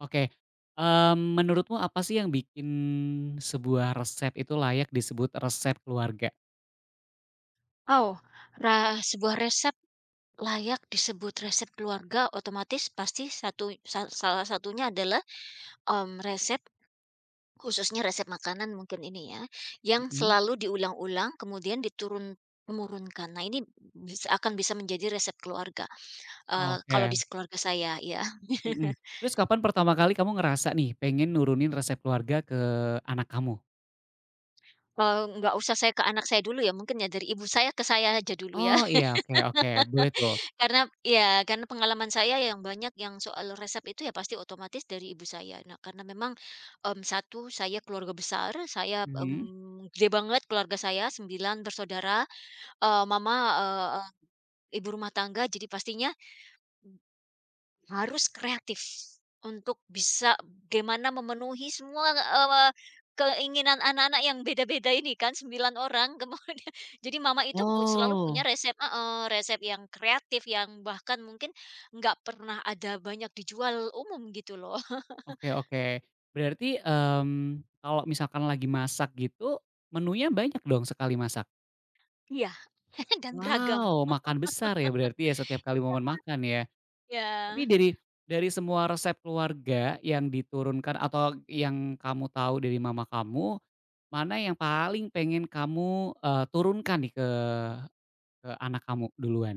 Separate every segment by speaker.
Speaker 1: Oke, menurutmu apa sih yang bikin sebuah resep itu layak disebut resep keluarga?
Speaker 2: Oh, sebuah resep layak disebut resep keluarga otomatis pasti satu salah satunya adalah resep, khususnya resep makanan mungkin ini ya, yang
Speaker 1: Mhm,
Speaker 2: selalu diulang-ulang kemudian diturun temurunkan. Nah ini bisa menjadi resep keluarga, kalau
Speaker 1: oke,
Speaker 2: di keluarga saya ya.
Speaker 1: mhm. Terus kapan pertama kali kamu ngerasa nih pengen nurunin resep keluarga ke anak kamu?
Speaker 2: Nggak usah saya ke anak saya dulu ya mungkin ya, dari ibu saya ke saya aja dulu ya.
Speaker 1: Oh iya, oke oke, boleh tuh.
Speaker 2: Karena ya karena pengalaman saya yang banyak, yang soal resep itu ya pasti otomatis dari ibu saya. Nah, karena memang, satu saya keluarga besar, saya,
Speaker 1: Mhm.
Speaker 2: mmm, gede banget keluarga saya 9 bersaudara, mama, eee, ibu rumah tangga, jadi pastinya harus kreatif untuk bisa bagaimana memenuhi semua, keinginan anak-anak yang beda-beda ini, kan 9 orang, kemudian jadi mama itu selalu punya
Speaker 1: Oh,
Speaker 2: resep, heeh, resep yang kreatif yang bahkan mungkin nggak pernah ada, banyak dijual umum gitu loh.
Speaker 1: oke oke. Berarti, kalau misalkan lagi masak gitu, menunya banyak dong sekali masak?
Speaker 2: Iya, dan beragam.
Speaker 1: Wow, makan besar ya berarti ya setiap kali momen makan ya?
Speaker 2: Ya.
Speaker 1: Tapi dari semua resep keluarga yang diturunkan atau yang kamu tahu dari mama kamu, mana yang paling pengen kamu, turunkan nih ke anak kamu duluan?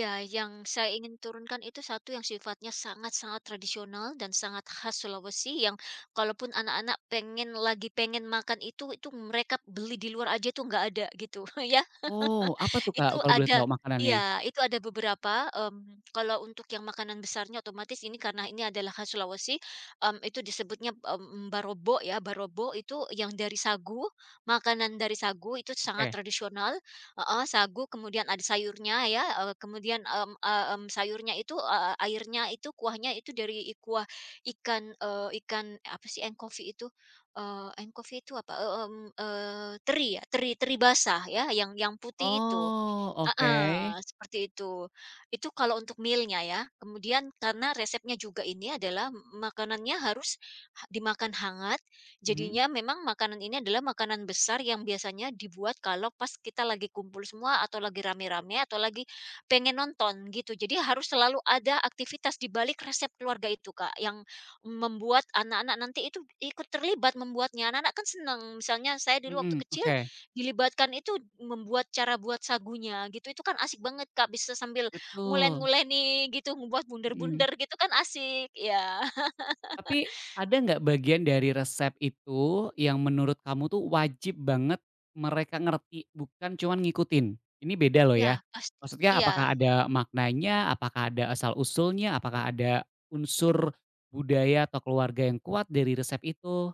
Speaker 2: Ya, yang saya ingin turunkan itu satu yang sifatnya sangat-sangat tradisional dan sangat khas Sulawesi, yang kalaupun anak-anak pengen, lagi pengen makan itu mereka beli di luar aja, itu nggak ada gitu. Yang
Speaker 1: Oh, apa tuh, Kak,
Speaker 2: itu
Speaker 1: kalau boleh
Speaker 2: ada,
Speaker 1: tahu makanannya?
Speaker 2: iya, itu ada beberapa, kalau untuk yang makanan besarnya otomatis ini, karena ini adalah khas Sulawesi, itu disebutnya barobo ya, barobo itu yang dari sagu, makanan dari sagu itu sangat
Speaker 1: Oke.
Speaker 2: tradisional, heeh, sagu kemudian ada sayurnya ya, kemudian, sayurnya itu, airnya itu, kuahnya itu dari kuah ikan, ikan apa sih, engkofi itu, engkofi itu apa, teri ya, teri teri basah ya, yang putih itu.
Speaker 1: Oh, oke.
Speaker 2: Heeh, seperti itu. Itu kalau untuk meal-nya ya. Kemudian karena resepnya juga ini, adalah makanannya harus dimakan hangat,
Speaker 1: Mhm,
Speaker 2: jadinya memang makanan ini adalah makanan besar yang biasanya dibuat kalau pas kita lagi kumpul semua atau lagi rame-rame atau lagi pengen nonton gitu. Jadi harus selalu ada aktivitas di balik resep keluarga itu, Kak, yang membuat anak-anak nanti itu ikut terlibat membuatnya. Anak-anak kan senang. Misalnya saya dulu waktu
Speaker 1: mhm,
Speaker 2: kecil
Speaker 1: oke.
Speaker 2: dilibatkan itu membuat, cara buat sagunya gitu, itu kan asik banget, Kak, bisa sambil
Speaker 1: Betul,
Speaker 2: ngulen-nguleni gitu, ngebuat
Speaker 1: mhm.
Speaker 2: bunder-bunder gitu, kan asik ya.
Speaker 1: Tapi ada nggak bagian dari resep itu yang menurut kamu tuh wajib banget mereka ngerti, bukan cuman ngikutin? Ini beda loh
Speaker 2: Ya
Speaker 1: ya.
Speaker 2: pasti
Speaker 1: Maksudnya
Speaker 2: iya.
Speaker 1: apakah ada maknanya, apakah ada asal-usulnya, apakah ada unsur budaya atau keluarga yang kuat dari resep itu?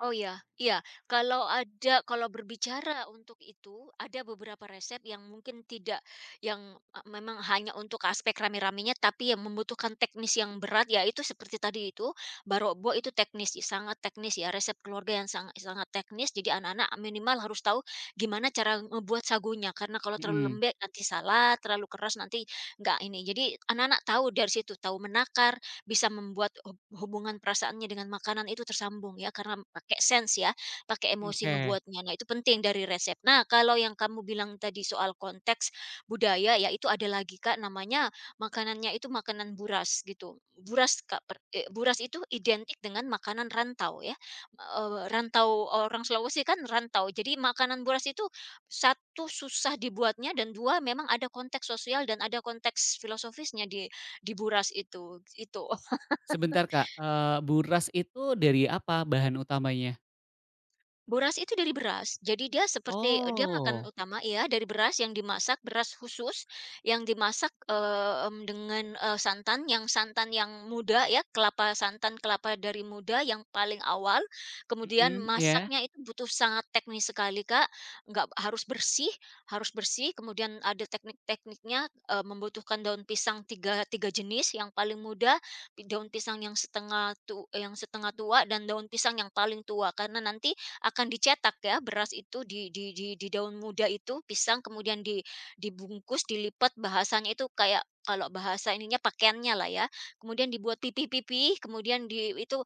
Speaker 2: Oh iya, iya. Kalau ada, kalau berbicara untuk itu, ada beberapa resep yang mungkin tidak, yang memang hanya untuk aspek rame-ramenya, tapi yang membutuhkan teknis yang berat ya itu seperti tadi itu, barokbo itu teknis, sangat teknis ya, resep keluarga yang sangat sangat teknis, jadi anak-anak minimal harus tahu gimana cara ngebuat sagunya, karena kalau terlalu
Speaker 1: Mhm,
Speaker 2: lembek nanti salah, terlalu keras nanti nggak ini. Jadi anak-anak tahu dari situ, tahu menakar, bisa membuat hubungan perasaannya dengan makanan itu tersambung ya, karena pakai sense ya, pakai emosi
Speaker 1: oke.
Speaker 2: ngebuatnya. Nah, itu penting dari resep. Nah, kalau yang kamu bilang tadi soal konteks budaya ya, itu ada lagi Kak, namanya makanannya itu makanan buras gitu. Buras Kak, buras itu identik dengan makanan rantau ya, rantau, orang Sulawesi kan rantau. Jadi makanan buras itu, satu susah dibuatnya, dan 2 memang ada konteks sosial dan ada konteks filosofisnya di buras itu, itu.
Speaker 1: Sebentar Kak, buras itu dari apa bahan utamanya?
Speaker 2: Boras itu dari beras. Jadi dia seperti dia makan
Speaker 1: Oh,
Speaker 2: utama ya, dari beras yang dimasak, beras khusus yang dimasak, dengan santan yang, santan yang muda ya, kelapa, santan kelapa dari muda yang paling awal.
Speaker 1: mhm,
Speaker 2: Kemudian
Speaker 1: iya.
Speaker 2: masaknya itu butuh sangat teknis sekali, Kak. Nggak harus bersih, harus bersih, kemudian ada teknik-tekniknya, membutuhkan daun pisang tiga, tiga jenis, yang paling muda, daun pisang yang setengah tu yang setengah tua dan daun pisang yang paling tua. Karena nanti akan dicetak ya, beras itu di daun muda itu, pisang, kemudian dibungkus, dilipat, bahasanya itu kayak kalau bahasa ininya pakaiannya lah ya. Kemudian dibuat pipi pipi, kemudian di itu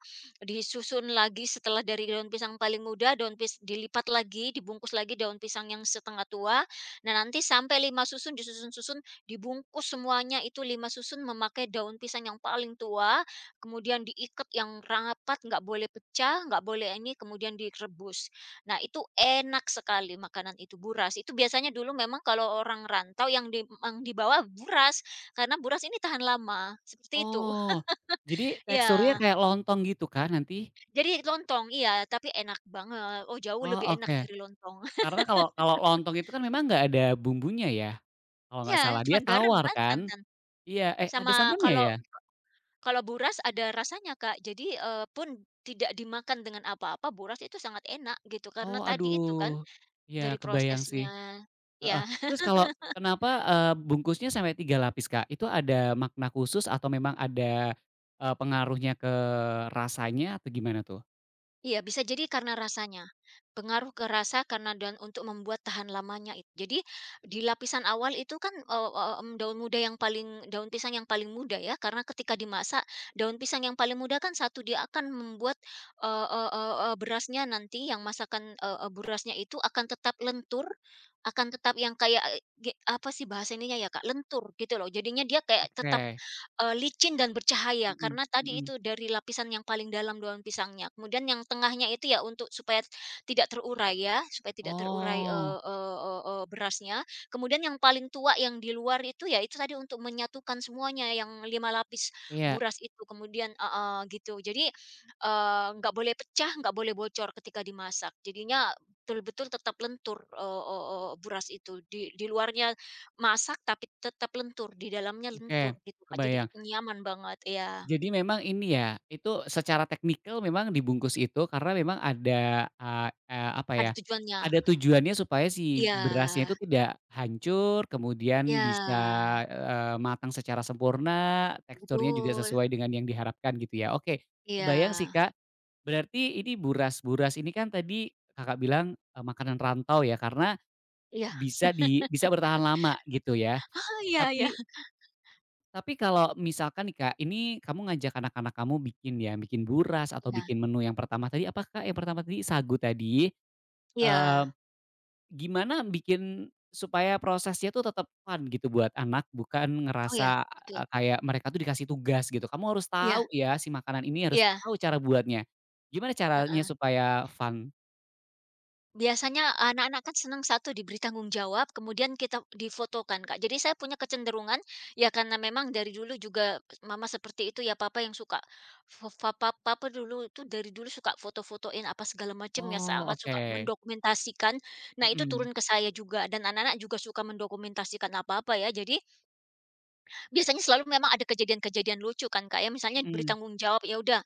Speaker 2: disusun lagi, setelah dari daun pisang paling muda, daun pis dilipat lagi, dibungkus lagi daun pisang yang setengah tua. Nah, nanti sampai 5 susun, disusun-susun, dibungkus semuanya itu 5 susun memakai daun pisang yang paling tua, kemudian diikat yang rapat, nggak boleh pecah, nggak boleh ini, kemudian direbus. Nah, itu enak sekali makanan itu, buras. Itu biasanya dulu memang kalau orang rantau yang di, yang dibawa buras, karena buras ini tahan lama, seperti itu.
Speaker 1: Oh, jadi teksturnya
Speaker 2: Ya,
Speaker 1: kayak lontong gitu kah nanti?
Speaker 2: jadi lontong, iya, tapi enak banget. Oh, jauh
Speaker 1: Oh,
Speaker 2: lebih enak
Speaker 1: oke.
Speaker 2: dari lontong.
Speaker 1: Karena kalau kalau lontong itu kan memang nggak ada bumbunya ya, kalau nggak
Speaker 2: Ya
Speaker 1: salah. Dia
Speaker 2: cuman garam
Speaker 1: tawar
Speaker 2: kan,
Speaker 1: kan?
Speaker 2: santan.
Speaker 1: Iya, eh ada
Speaker 2: Sama
Speaker 1: santannya
Speaker 2: kalau,
Speaker 1: ya?
Speaker 2: kalau buras ada rasanya, Kak. Jadi, pun tidak dimakan dengan apa-apa, buras itu sangat enak gitu, karena
Speaker 1: Oh
Speaker 2: tadi itu kan
Speaker 1: aduh,
Speaker 2: dari
Speaker 1: iya kebayang
Speaker 2: prosesnya
Speaker 1: sih, heeh.
Speaker 2: ya.
Speaker 1: Terus kalau kenapa, bungkusnya sampai 3 lapis, Kak? Itu ada makna khusus atau memang ada, pengaruhnya ke rasanya atau gimana tuh?
Speaker 2: Iya, bisa jadi karena rasanya. Pengaruh ke rasa, karena dan untuk membuat tahan lamanya itu. Jadi di lapisan awal itu kan, eee eee, mmm, daun muda yang paling, daun pisang yang paling muda ya, karena ketika dimasak, daun pisang yang paling muda kan satu dia akan membuat, eee eee eee eee, berasnya nanti yang masakan, eee eee, berasnya itu akan tetap lentur, akan tetap yang kayak, eee, ge apa sih bahasa ininya ya, Kak, lentur gitu loh. Jadinya dia kayak tetap
Speaker 1: Oke,
Speaker 2: Licin dan bercahaya,
Speaker 1: mhm
Speaker 2: karena tadi
Speaker 1: mhm.
Speaker 2: itu dari lapisan yang paling dalam daun pisangnya, kemudian yang tengahnya itu ya untuk supaya tidak terurai ya, supaya tidak terurai,
Speaker 1: Oh,
Speaker 2: eee eee eee eee, berasnya, kemudian yang paling tua yang di luar itu ya, itu tadi untuk menyatukan semuanya yang 5 lapis
Speaker 1: iya,
Speaker 2: buras itu, kemudian heeh, gitu. Jadi, nggak boleh pecah, nggak boleh bocor ketika dimasak, jadinya betul-betul tetap lentur, eee eee eee, buras itu di luarnya masak tapi tetap lentur, di dalamnya
Speaker 1: oke,
Speaker 2: lentur gitu, Kak, jadi
Speaker 1: kebayang.
Speaker 2: nyaman banget, iya,
Speaker 1: Jadi memang ini ya, itu secara teknikal memang dibungkus itu karena memang ada, eee eee, apa
Speaker 2: ada
Speaker 1: ya,
Speaker 2: tujuannya.
Speaker 1: ada tujuannya supaya si
Speaker 2: Iya,
Speaker 1: berasnya itu tidak hancur, kemudian bisa,
Speaker 2: iya,
Speaker 1: matang secara sempurna, teksturnya juga
Speaker 2: betul,
Speaker 1: sesuai dengan yang diharapkan gitu ya. Oke, kebayang sih,
Speaker 2: iya,
Speaker 1: Kak. Berarti ini buras. Buras ini kan tadi Kakak bilang, makanan rantau ya karena
Speaker 2: iya,
Speaker 1: bisa di bisa bertahan lama gitu ya.
Speaker 2: ah, iya, iya,
Speaker 1: Tapi tapi kalau misalkan nih, Kak, ini kamu ngajak anak-anak kamu bikin ya, bikin buras atau
Speaker 2: iya,
Speaker 1: bikin menu yang pertama tadi, apakah yang pertama tadi sagu tadi, eee,
Speaker 2: iya,
Speaker 1: gimana bikin supaya prosesnya tuh tetap fun gitu buat anak, bukan
Speaker 2: oh iya,
Speaker 1: ngerasa,
Speaker 2: betul,
Speaker 1: kayak mereka tuh dikasih tugas gitu. Kamu harus
Speaker 2: iya,
Speaker 1: tahu ya si makanan ini harus
Speaker 2: iya,
Speaker 1: tahu cara buatnya. Gimana caranya
Speaker 2: heeh.
Speaker 1: supaya fun?
Speaker 2: Biasanya anak-anak kan senang, satu diberi tanggung jawab, kemudian kita difotokan, Kak. Jadi saya punya kecenderungan, ya karena memang dari dulu juga mama seperti itu ya, papa yang suka fo fa pa papa dulu itu, dari dulu suka foto-fotoin apa segala macam ya,
Speaker 1: Oh,
Speaker 2: sangat suka
Speaker 1: oke.
Speaker 2: mendokumentasikan. Nah, itu
Speaker 1: Mhm,
Speaker 2: turun ke saya juga, dan anak-anak juga suka mendokumentasikan apa-apa ya. Jadi biasanya selalu memang ada kejadian-kejadian lucu kan, Kak, ya. Misalnya diberi
Speaker 1: mhm,
Speaker 2: tanggung jawab, ya udah,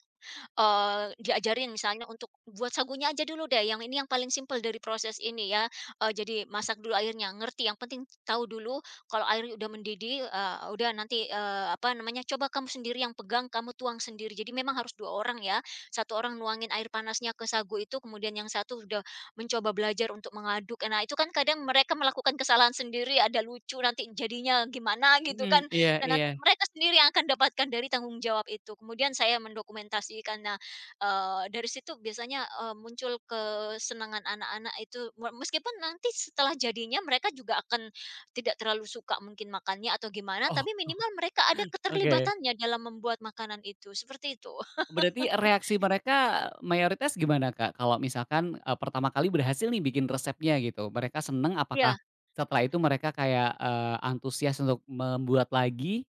Speaker 2: diajarin misalnya untuk buat sagunya aja dulu deh, yang ini yang paling simpel dari proses ini ya, jadi masak dulu airnya, ngerti, yang penting tahu dulu kalau airnya udah mendidih, udah nanti, apa namanya, coba kamu sendiri yang pegang, kamu tuang sendiri. Jadi memang harus 2 orang ya, satu orang nuangin air panasnya ke sagu itu, kemudian yang satu udah mencoba belajar untuk mengaduk. Nah itu kan kadang mereka melakukan kesalahan sendiri, ada lucu nanti jadinya gimana gitu
Speaker 1: mhm,
Speaker 2: kan,
Speaker 1: iya
Speaker 2: dan
Speaker 1: iya.
Speaker 2: nanti mereka sendiri yang akan dapatkan dari tanggung jawab itu. Kemudian saya mendokumentasikan. Nah, dari situ biasanya, muncul kesenangan anak-anak itu, meskipun nanti setelah jadinya mereka juga akan tidak terlalu suka mungkin makannya atau gimana,
Speaker 1: Oh,
Speaker 2: tapi minimal mereka ada
Speaker 1: oke.
Speaker 2: keterlibatannya dalam membuat makanan itu, seperti itu.
Speaker 1: Berarti reaksi mereka mayoritas gimana, Kak? Kalau misalkan, pertama kali berhasil nih bikin resepnya gitu, mereka seneng
Speaker 2: Ya.
Speaker 1: apakah setelah itu mereka kayak, antusias untuk membuat lagi?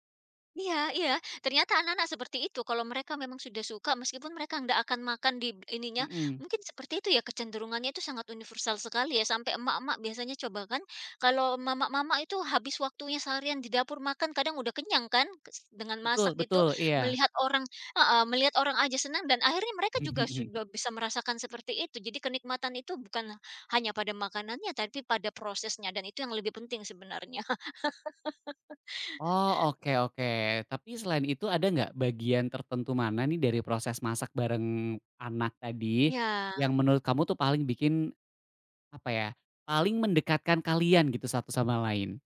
Speaker 2: Iya, iya, ternyata anak-anak seperti itu kalau mereka memang sudah suka, meskipun mereka nggak akan makan di ininya,
Speaker 1: Mhm,
Speaker 2: mungkin seperti itu ya, kecenderungannya itu sangat universal sekali ya, sampai emak-emak biasanya coba kan kalau mama-mama itu habis waktunya seharian di dapur, makan kadang udah kenyang kan dengan
Speaker 1: betul
Speaker 2: masak itu,
Speaker 1: betul, iya.
Speaker 2: melihat orang, heeh, melihat orang aja senang, dan akhirnya mereka juga sudah bisa merasakan seperti itu. Jadi kenikmatan itu bukan hanya pada makanannya tapi pada prosesnya, dan itu yang lebih penting sebenarnya.
Speaker 1: Oh, oke oke. Tapi selain itu ada nggak bagian tertentu mana nih dari proses masak bareng anak tadi,
Speaker 2: Ya.
Speaker 1: yang menurut kamu tuh paling bikin, apa ya, paling mendekatkan kalian gitu satu sama lain?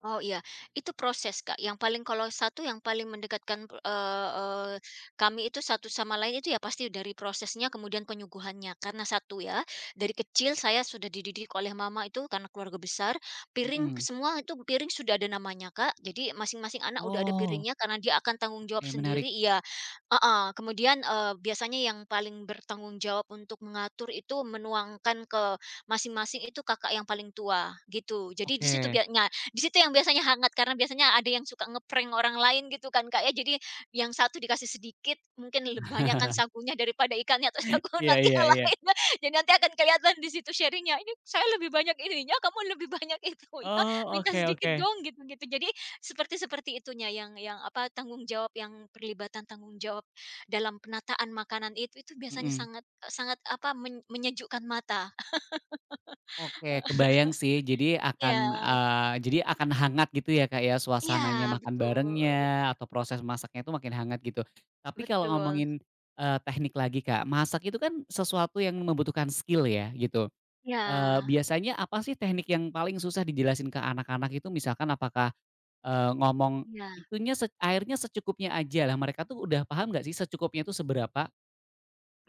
Speaker 2: Oh iya, itu proses, Kak, yang paling, kalau satu yang paling mendekatkan, eee eee, kami itu satu sama lain itu, ya pasti dari prosesnya kemudian penyuguhannya. Karena satu ya, dari kecil saya sudah dididik oleh mama itu, karena keluarga besar, piring
Speaker 1: Mhm.
Speaker 2: semua itu, piring sudah ada namanya, Kak. Jadi masing-masing anak udah ada
Speaker 1: Oh,
Speaker 2: piringnya, karena dia akan tanggung
Speaker 1: oke
Speaker 2: jawab
Speaker 1: menarik.
Speaker 2: sendiri, iya, heeh. Kemudian, biasanya yang paling bertanggung jawab untuk mengatur itu, menuangkan ke masing-masing itu kakak yang paling tua, gitu. Jadi di situ
Speaker 1: Oke.
Speaker 2: biasanya, di situ yang biasanya hangat, karena biasanya ada yang suka orang lain gitu kan, Kak, ya. Jadi yang satu dikasih sedikit, mungkin banyakan sagunya daripada ikannya, atau sagu
Speaker 1: Iya
Speaker 2: nanti
Speaker 1: iya
Speaker 2: yang
Speaker 1: iya.
Speaker 2: lain. Jadi nanti akan kelihatan di situ sharingnya, "Ini saya lebih banyak ininya, kamu lebih banyak itunya,
Speaker 1: Oh,
Speaker 2: minta
Speaker 1: oke
Speaker 2: sedikit
Speaker 1: oke.
Speaker 2: dong," gitu-gitu. Jadi seperti seperti itunya yang apa, tanggung jawab yang, perlibatan tanggung jawab dalam penataan makanan itu biasanya
Speaker 1: Mhm.
Speaker 2: sangat, sangat apa, menyejukkan mata.
Speaker 1: Oke, kebayang sih. Jadi
Speaker 2: Ya,
Speaker 1: akan, jadi akan hangat gitu ya, Kak, ya, suasananya
Speaker 2: ya,
Speaker 1: makan
Speaker 2: betul,
Speaker 1: barengnya atau proses masaknya itu makin hangat gitu. Tapi kalau
Speaker 2: betul.
Speaker 1: ngomongin, teknik lagi, Kak, masak itu kan sesuatu yang membutuhkan skill ya, gitu.
Speaker 2: Ya.
Speaker 1: Biasanya apa sih teknik yang paling susah dijelasin ke anak-anak itu? Misalkan apakah, ngomong,
Speaker 2: Iya,
Speaker 1: "Itunya se airnya secukupnya aja." Lah mereka tuh udah paham nggak sih secukupnya itu seberapa?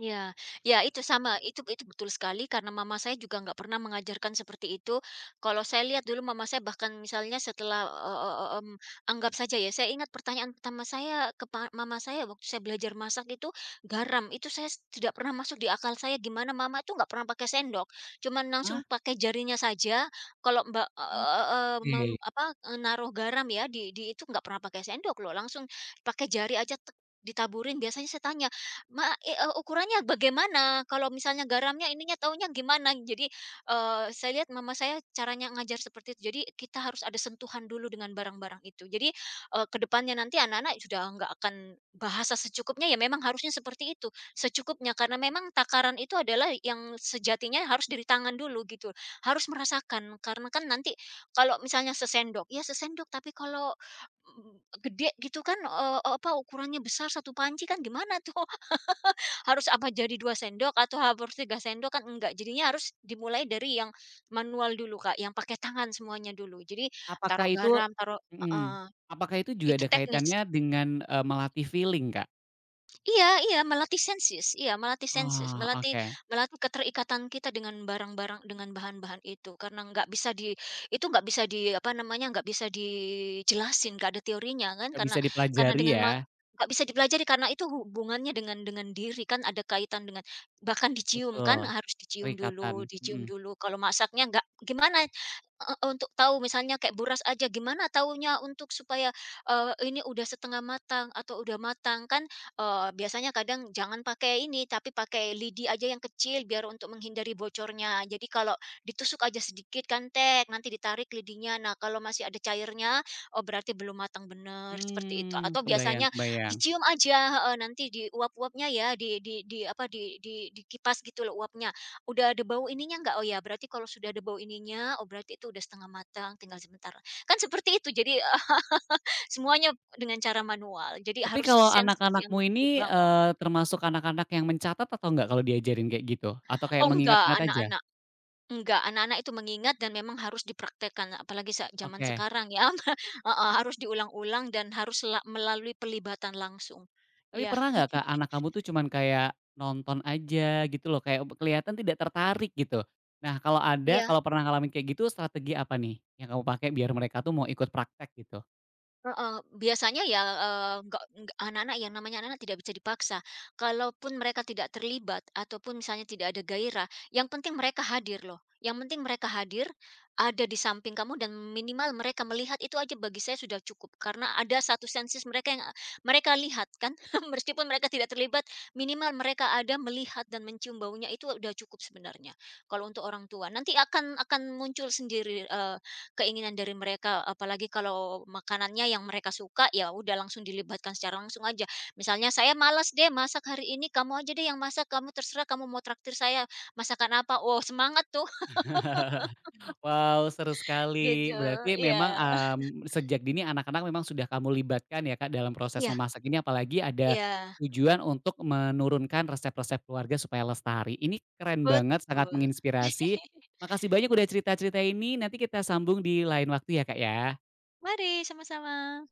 Speaker 2: iya. Ya, itu sama, itu betul sekali, karena mama saya juga nggak pernah mengajarkan seperti itu. Kalau saya lihat dulu mama saya bahkan misalnya setelah, eee eee, mmm, anggap saja ya, saya ingat pertanyaan pertama saya ke mama saya waktu saya belajar masak itu, garam, itu saya tidak pernah masuk di akal saya gimana mama itu nggak pernah pakai sendok, cuman langsung
Speaker 1: Ah,
Speaker 2: pakai jarinya saja, kalau Mbak,
Speaker 1: Oh.
Speaker 2: eee eee, mem
Speaker 1: Oke.
Speaker 2: apa, naruh garam ya di itu nggak pernah pakai sendok loh, langsung pakai jari aja tek ditaburin. Biasanya saya tanya, "Ma, ukurannya bagaimana? Kalau misalnya garamnya ininya taunya gimana?" Jadi, saya lihat mama saya caranya ngajar seperti itu. Jadi kita harus ada sentuhan dulu dengan barang-barang itu. Jadi, ke depannya nanti anak-anak sudah nggak akan bahasa secukupnya ya, memang harusnya seperti itu, secukupnya. Karena memang takaran itu adalah yang sejatinya harus dari tangan dulu gitu, harus merasakan. Karena kan nanti kalau misalnya sesendok, ya sesendok, tapi kalau, mmm, gede gitu kan, apa ukurannya besar satu panci kan gimana tuh? Harus apa, jadi 2 sendok atau harus 3 sendok kan enggak, jadinya harus dimulai dari yang manual dulu, Kak, yang pakai tangan semuanya dulu. Jadi
Speaker 1: Apakah
Speaker 2: taruh
Speaker 1: itu
Speaker 2: garam, taruh,
Speaker 1: mhm,
Speaker 2: heeh,
Speaker 1: apakah itu juga
Speaker 2: itu
Speaker 1: ada
Speaker 2: teknis.
Speaker 1: kaitannya dengan, melatih feeling, Kak?
Speaker 2: Iya, iya, melatih sensus, iya, melatih sensus,
Speaker 1: Oh,
Speaker 2: melatih
Speaker 1: oke.
Speaker 2: melatih keterikatan kita dengan barang-barang, dengan bahan-bahan itu, karena nggak bisa itu nggak bisa di apa namanya, nggak bisa dijelasin, nggak ada teorinya kan,
Speaker 1: Nggak bisa
Speaker 2: karena
Speaker 1: dipelajari
Speaker 2: dengan ma
Speaker 1: ya,
Speaker 2: nggak bisa dipelajari, karena itu hubungannya dengan diri, kan ada kaitan dengan bahkan dicium kan,
Speaker 1: betul,
Speaker 2: harus dicium
Speaker 1: keterikatan.
Speaker 2: dulu, dicium
Speaker 1: Mhm.
Speaker 2: dulu, kalau masaknya nggak gimana, untuk tahu misalnya kayak buras aja, gimana tahunya untuk supaya, ini udah setengah matang atau udah matang kan. Biasanya kadang jangan pakai ini, tapi pakai lidi aja yang kecil biar untuk menghindari bocornya. Jadi kalau ditusuk aja sedikit kan tek, nanti ditarik lidinya. Nah, kalau masih ada cairnya, oh berarti belum matang bener, seperti itu.
Speaker 1: Mmm,
Speaker 2: Atau
Speaker 1: kebayang
Speaker 2: biasanya
Speaker 1: kebayang.
Speaker 2: dicium aja, heeh, nanti diuap-uapnya ya, di apa, di dikipas gitu loh uapnya. Udah ada bau ininya nggak? Oh ya, berarti kalau sudah ada bau ininya, oh berarti itu udah setengah matang, tinggal sebentar. Kan seperti itu, jadi semuanya dengan cara manual. Jadi
Speaker 1: Tapi
Speaker 2: harus
Speaker 1: kalau
Speaker 2: sensus yang
Speaker 1: anak-anakmu ini,
Speaker 2: dibangun.
Speaker 1: termasuk anak-anak yang mencatat atau nggak kalau diajarin kayak gitu? Atau kayak
Speaker 2: Oh
Speaker 1: mengingat-ingat aja?
Speaker 2: enggak, anak-anak itu mengingat, dan memang harus dipraktekkan, apalagi zaman
Speaker 1: Oke.
Speaker 2: sekarang ya, heeh, harus diulang-ulang dan harus melalui pelibatan langsung.
Speaker 1: Tapi
Speaker 2: Iya.
Speaker 1: pernah nggak Kak, anak kamu tuh cuman kayak nonton aja gitu loh, kayak kelihatan tidak tertarik gitu. Nah kalau ada,
Speaker 2: Iya.
Speaker 1: kalau pernah ngalamin kayak gitu, strategi apa nih yang kamu pakai biar mereka tuh mau ikut praktek gitu?
Speaker 2: Heeh, biasanya ya, eee, nggak anak-anak, yang namanya anak-anak tidak bisa dipaksa. Kalaupun mereka tidak terlibat, ataupun misalnya tidak ada gairah, yang penting mereka hadir loh, yang penting mereka hadir, ada di samping kamu, dan minimal mereka melihat itu aja bagi saya sudah cukup. Karena ada satu senses mereka yang mereka lihat kan, meskipun mereka tidak terlibat, minimal mereka ada melihat dan mencium baunya, itu udah cukup sebenarnya, kalau untuk orang tua. Nanti akan muncul sendiri, keinginan dari mereka, apalagi kalau makanannya yang mereka suka, ya udah langsung dilibatkan secara langsung aja. Misalnya, "Saya malas deh masak hari ini, kamu aja deh yang masak, kamu, terserah kamu mau traktir saya masakan apa." Wow, semangat tuh.
Speaker 1: Wow seru
Speaker 2: Gitu.
Speaker 1: sekali, berarti
Speaker 2: Iya.
Speaker 1: memang, sejak dini anak-anak memang sudah kamu libatkan ya Kak, dalam proses
Speaker 2: Iya,
Speaker 1: memasak ini, apalagi ada
Speaker 2: iya,
Speaker 1: tujuan untuk menurunkan resep-resep keluarga supaya lestari. Ini keren banget, sangat
Speaker 2: betul.
Speaker 1: menginspirasi. Makasih banyak udah cerita-cerita ini, nanti kita sambung di lain waktu ya Kak, ya.
Speaker 2: Mari, sama-sama.